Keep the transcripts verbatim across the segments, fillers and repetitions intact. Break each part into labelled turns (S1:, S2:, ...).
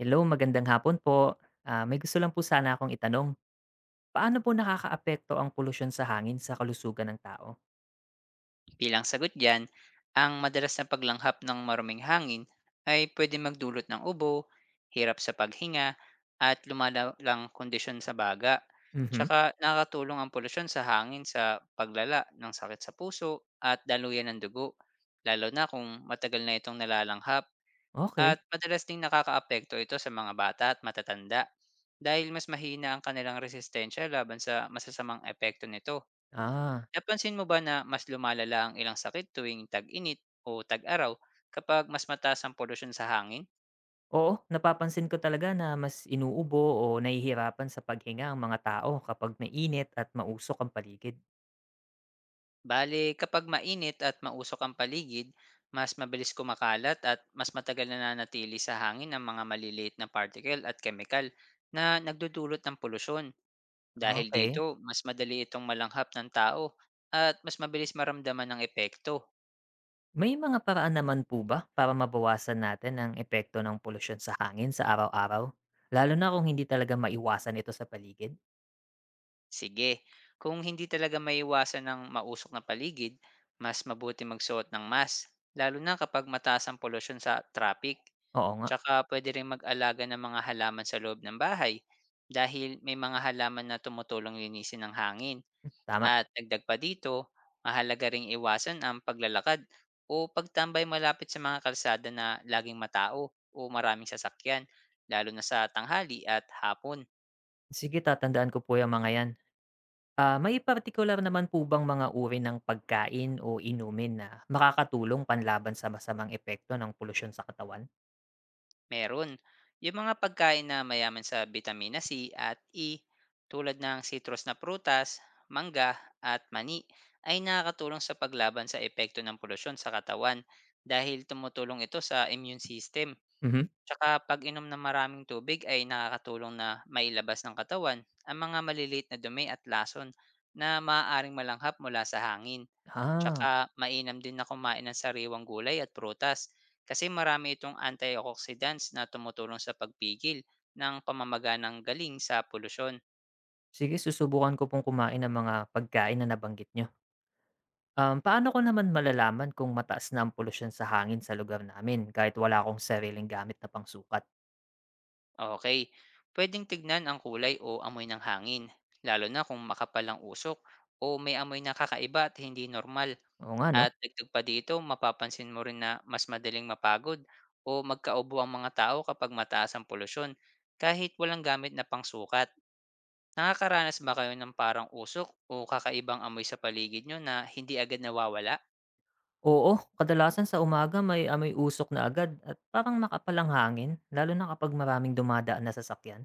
S1: Hello, magandang hapon po. Ah, may gusto lang po sana akong itanong. Paano po nakakaapekto ang polusyon sa hangin sa kalusugan ng tao?
S2: Bilang sagot dyan, ang madalas na paglanghap ng maruming hangin ay pwede magdulot ng ubo, hirap sa paghinga, at lumalalang kondisyon sa baga.
S1: Mhm.
S2: Tsaka nakakatulong ang polusyon sa hangin sa paglala ng sakit sa puso at daluyan ng dugo, lalo na kung matagal na itong nalalanghap at
S1: Okay.
S2: madalas ding nakakaapekto ito sa mga bata at matatanda dahil mas mahina ang kanilang resistensya laban sa masasamang epekto nito.
S1: Ah,
S2: Napansin mo ba na mas lumalala ang ilang sakit tuwing tag-init o tag-araw kapag mas mataas ang polusyon sa hangin?
S1: Oo, napapansin ko talaga na mas inuubo o nahihirapan sa paghinga ang mga tao kapag mainit at mausok ang paligid.
S2: Bale, kapag mainit at mausok ang paligid, mas mabilis kumakalat at mas matagal na nanatili sa hangin ang mga maliliit na particle at chemical na nagdudulot ng polusyon. Dahil dito,
S1: Okay.
S2: mas madali itong malanghap ng tao at mas mabilis maramdaman ng epekto.
S1: May mga paraan naman po ba para mabawasan natin ang epekto ng polusyon sa hangin sa araw-araw? Lalo na kung hindi talaga maiwasan ito sa paligid?
S2: Sige, kung hindi talaga maiwasan ng mausok na paligid, mas mabuti magsuot ng mask, lalo na kapag mataas ang polusyon sa traffic.
S1: Oo nga,
S2: Tsaka pwede rin mag-alaga ng mga halaman sa loob ng bahay dahil may mga halaman na tumutulong linisin ng hangin.
S1: tama.
S2: At dagdag pa dito, mahalaga ring iwasan ang paglalakad o pagtambay malapit sa mga kalsada na laging matao o maraming sasakyan, lalo na sa tanghali at hapon.
S1: Sige, tatandaan ko po yung mga yan. Ah, may partikular naman po bang mga uri ng pagkain o inumin na makakatulong panlaban sa masamang epekto ng polusyon sa katawan?
S2: Meron. Yung mga pagkain na mayaman sa bitamina C at E tulad ng citrus na prutas, mangga at mani ay nakakatulong sa paglaban sa epekto ng polusyon sa katawan dahil tumutulong ito sa immune system.
S1: Mhm.
S2: Tsaka pag-inom ng maraming tubig ay nakakatulong na mailabas ng katawan ang mga maliliit na dumi at lason na maaaring malanghap mula sa hangin.
S1: Ah,
S2: Tsaka mainam din na kumain ng sariwang gulay at prutas kasi marami itong antioxidants na tumutulong sa pagpigil ng pamamaga ng galing sa polusyon.
S1: Sige, susubukan ko pong kumain ng mga pagkain na nabanggit niyo. Um, paano ko naman malalaman kung mataas na ang polusyon sa hangin sa lugar namin kahit wala akong sariling gamit na pangsukat?
S2: Okay, pwedeng tignan ang kulay o amoy ng hangin, lalo na kung makapal ang usok o may amoy na kakaiba at hindi normal.
S1: Oo nga, no?
S2: At dagdag pa dito, mapapansin mo rin na mas madaling mapagod o magkaubo ang mga tao kapag mataas ang polusyon kahit walang gamit na pangsukat. Nakakaranas ba kayo ng parang usok o kakaibang amoy sa paligid nyo na hindi agad nawawala?
S1: Oo, kadalasan sa umaga may amoy usok na agad at parang makapalang hangin, lalo na kapag maraming dumadaan na sasakyan.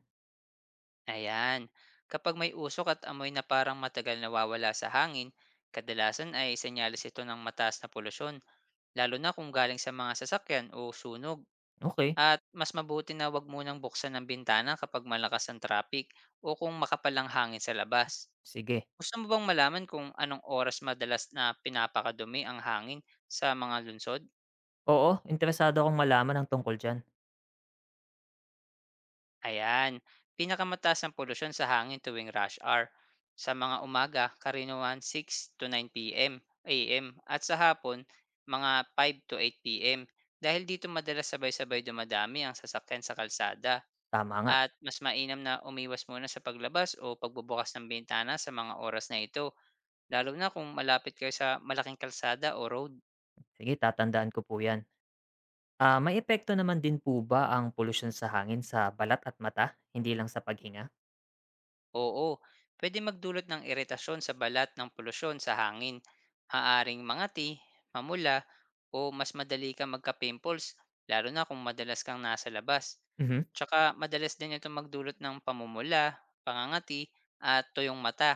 S2: Ayan. Kapag may usok at amoy na parang matagal nawawala sa hangin, kadalasan ay senyales ito ng mataas na polusyon, lalo na kung galing sa mga sasakyan o sunog.
S1: Okay,
S2: At mas mabuti na wag munang buksan ang bintana kapag malakas ang traffic o kung makapalang hangin sa labas.
S1: sige.
S2: Gusto mo bang malaman kung anong oras madalas na pinapakadumi ang hangin sa mga lunsod?
S1: Oo, interesado akong malaman ang tungkol diyan.
S2: Ayan, pinakamataas ang polusyon sa hangin tuwing rush hour. Sa mga umaga, karaniwan six to nine p m. A M, at sa hapon, mga five to eight p m. Dahil dito, madalas sabay-sabay dumadami ang sasakyan sa kalsada
S1: Tama nga.
S2: at mas mainam na umiwas muna sa paglabas o pagbubukas ng bintana sa mga oras na ito, lalo na kung malapit kayo sa malaking kalsada o road.
S1: Sige, tatandaan ko po 'yan. Ah, may epekto naman din po ba ang polusyon sa hangin sa balat at mata, hindi lang sa paghinga?
S2: Oo, pwede magdulot ng iritasyon sa balat ng polusyon sa hangin. Maaring mangati, mamula, o mas madali kang magka-pimples, lalo na kung madalas kang nasa labas.
S1: Mhm.
S2: Tsaka madalas din ito magdulot ng pamumula, pangangati, at tuyong mata,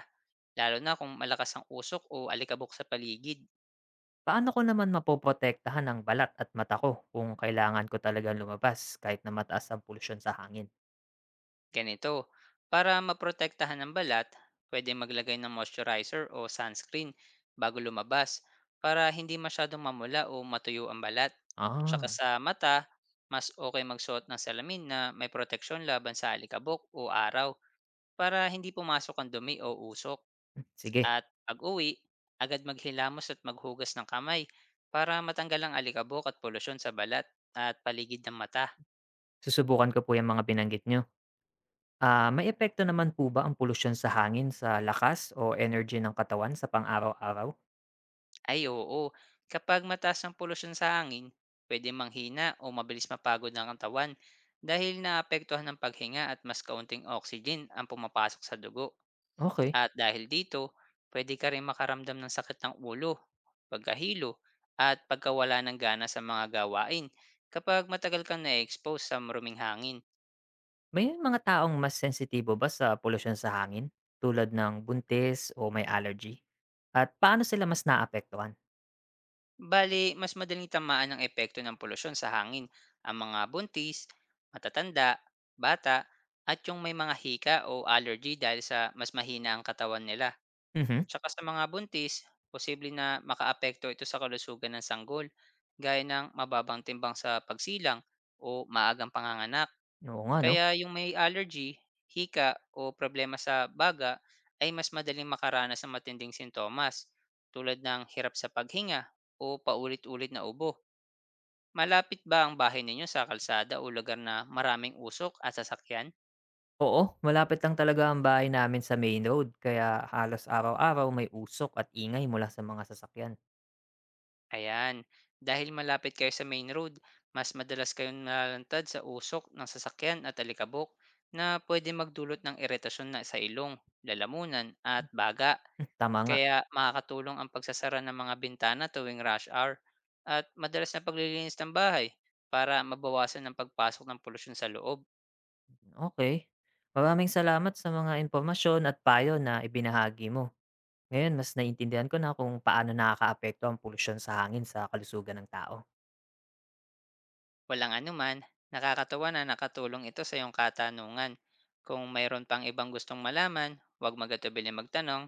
S2: lalo na kung malakas ang usok o alikabok sa paligid.
S1: Paano ko naman mapoprotektahan ang balat at mata ko kung kailangan ko talagang lumabas kahit na mataas ang polusyon sa hangin?
S2: Ganito, para maprotektahan ng balat, pwede maglagay ng moisturizer o sunscreen bago lumabas para hindi masyadong mamula o matuyo ang balat. Tsaka
S1: Ah,
S2: sa mata, mas okay magsuot ng salamin na may proteksyon laban sa alikabok o araw para hindi pumasok ang dumi o usok.
S1: mm, Sige.
S2: At pag-uwi, agad maghilamos at maghugas ng kamay para matanggal ang alikabok at polusyon sa balat at paligid ng mata.
S1: Susubukan ko po 'yang mga binanggit niyo. Ah, may epekto naman po ba ang polusyon sa hangin sa lakas o energy ng katawan sa pang-araw-araw?
S2: Ay oo, kapag mataas ang polusyon sa hangin, pwede manghina o mabilis mapagod ng katawan dahil naapektuhan ng paghinga at mas kaunting oxygen ang pumapasok sa dugo.
S1: Okay.
S2: At dahil dito, pwede ka rin makaramdam ng sakit ng ulo, pagkahilo, at pagkawala ng gana sa mga gawain kapag matagal kang na-expose sa maruming hangin.
S1: May mga taong mas sensitibo ba sa polusyon sa hangin, tulad ng buntis o may allergy? At paano sila mas naapektuhan?
S2: Bali mas madaling tamaan ng epekto ng polusyon sa hangin ang mga buntis, matatanda, bata, at yung may mga hika o allergy dahil sa mas mahina ang katawan nila.
S1: Mhm,
S2: Tsaka sa mga buntis, posible na makaapekto ito sa kalusugan ng sanggol, gaya ng mababang timbang sa pagsilang o maagang panganganak.
S1: oo nga 'no.
S2: Kaya yung may allergy, hika o problema sa baga ay mas madaling makaranas ng matinding sintomas tulad ng hirap sa paghinga o paulit-ulit na ubo. Malapit ba ang bahay ninyo sa kalsada o lugar na maraming usok at sasakyan?
S1: Oo, malapit lang talaga ang bahay namin sa main road kaya halos araw-araw may usok at ingay mula sa mga sasakyan.
S2: Ayan, dahil malapit kayo sa main road, mas madalas kayong nalalantad sa usok ng sasakyan at alikabok na pwede magdulot ng iritasyon na sa ilong, lalamunan at baga.
S1: Hmm, tama nga,
S2: Kaya makakatulong ang pagsasara ng mga bintana tuwing rush hour at madalas na paglilinis ng bahay para mabawasan ang pagpasok ng polusyon sa loob.
S1: okey. Maraming salamat sa mga impormasyon at payo na ibinahagi mo. Ngayon mas naiintindihan ko na kung paano nakakaapekto ang polusyon sa hangin sa kalusugan ng tao.
S2: Walang anuman, nakakatawa na nakatulong ito sa iyong katanungan. Kung mayroon pang ibang gustong malaman, huwag magatubili magtanong.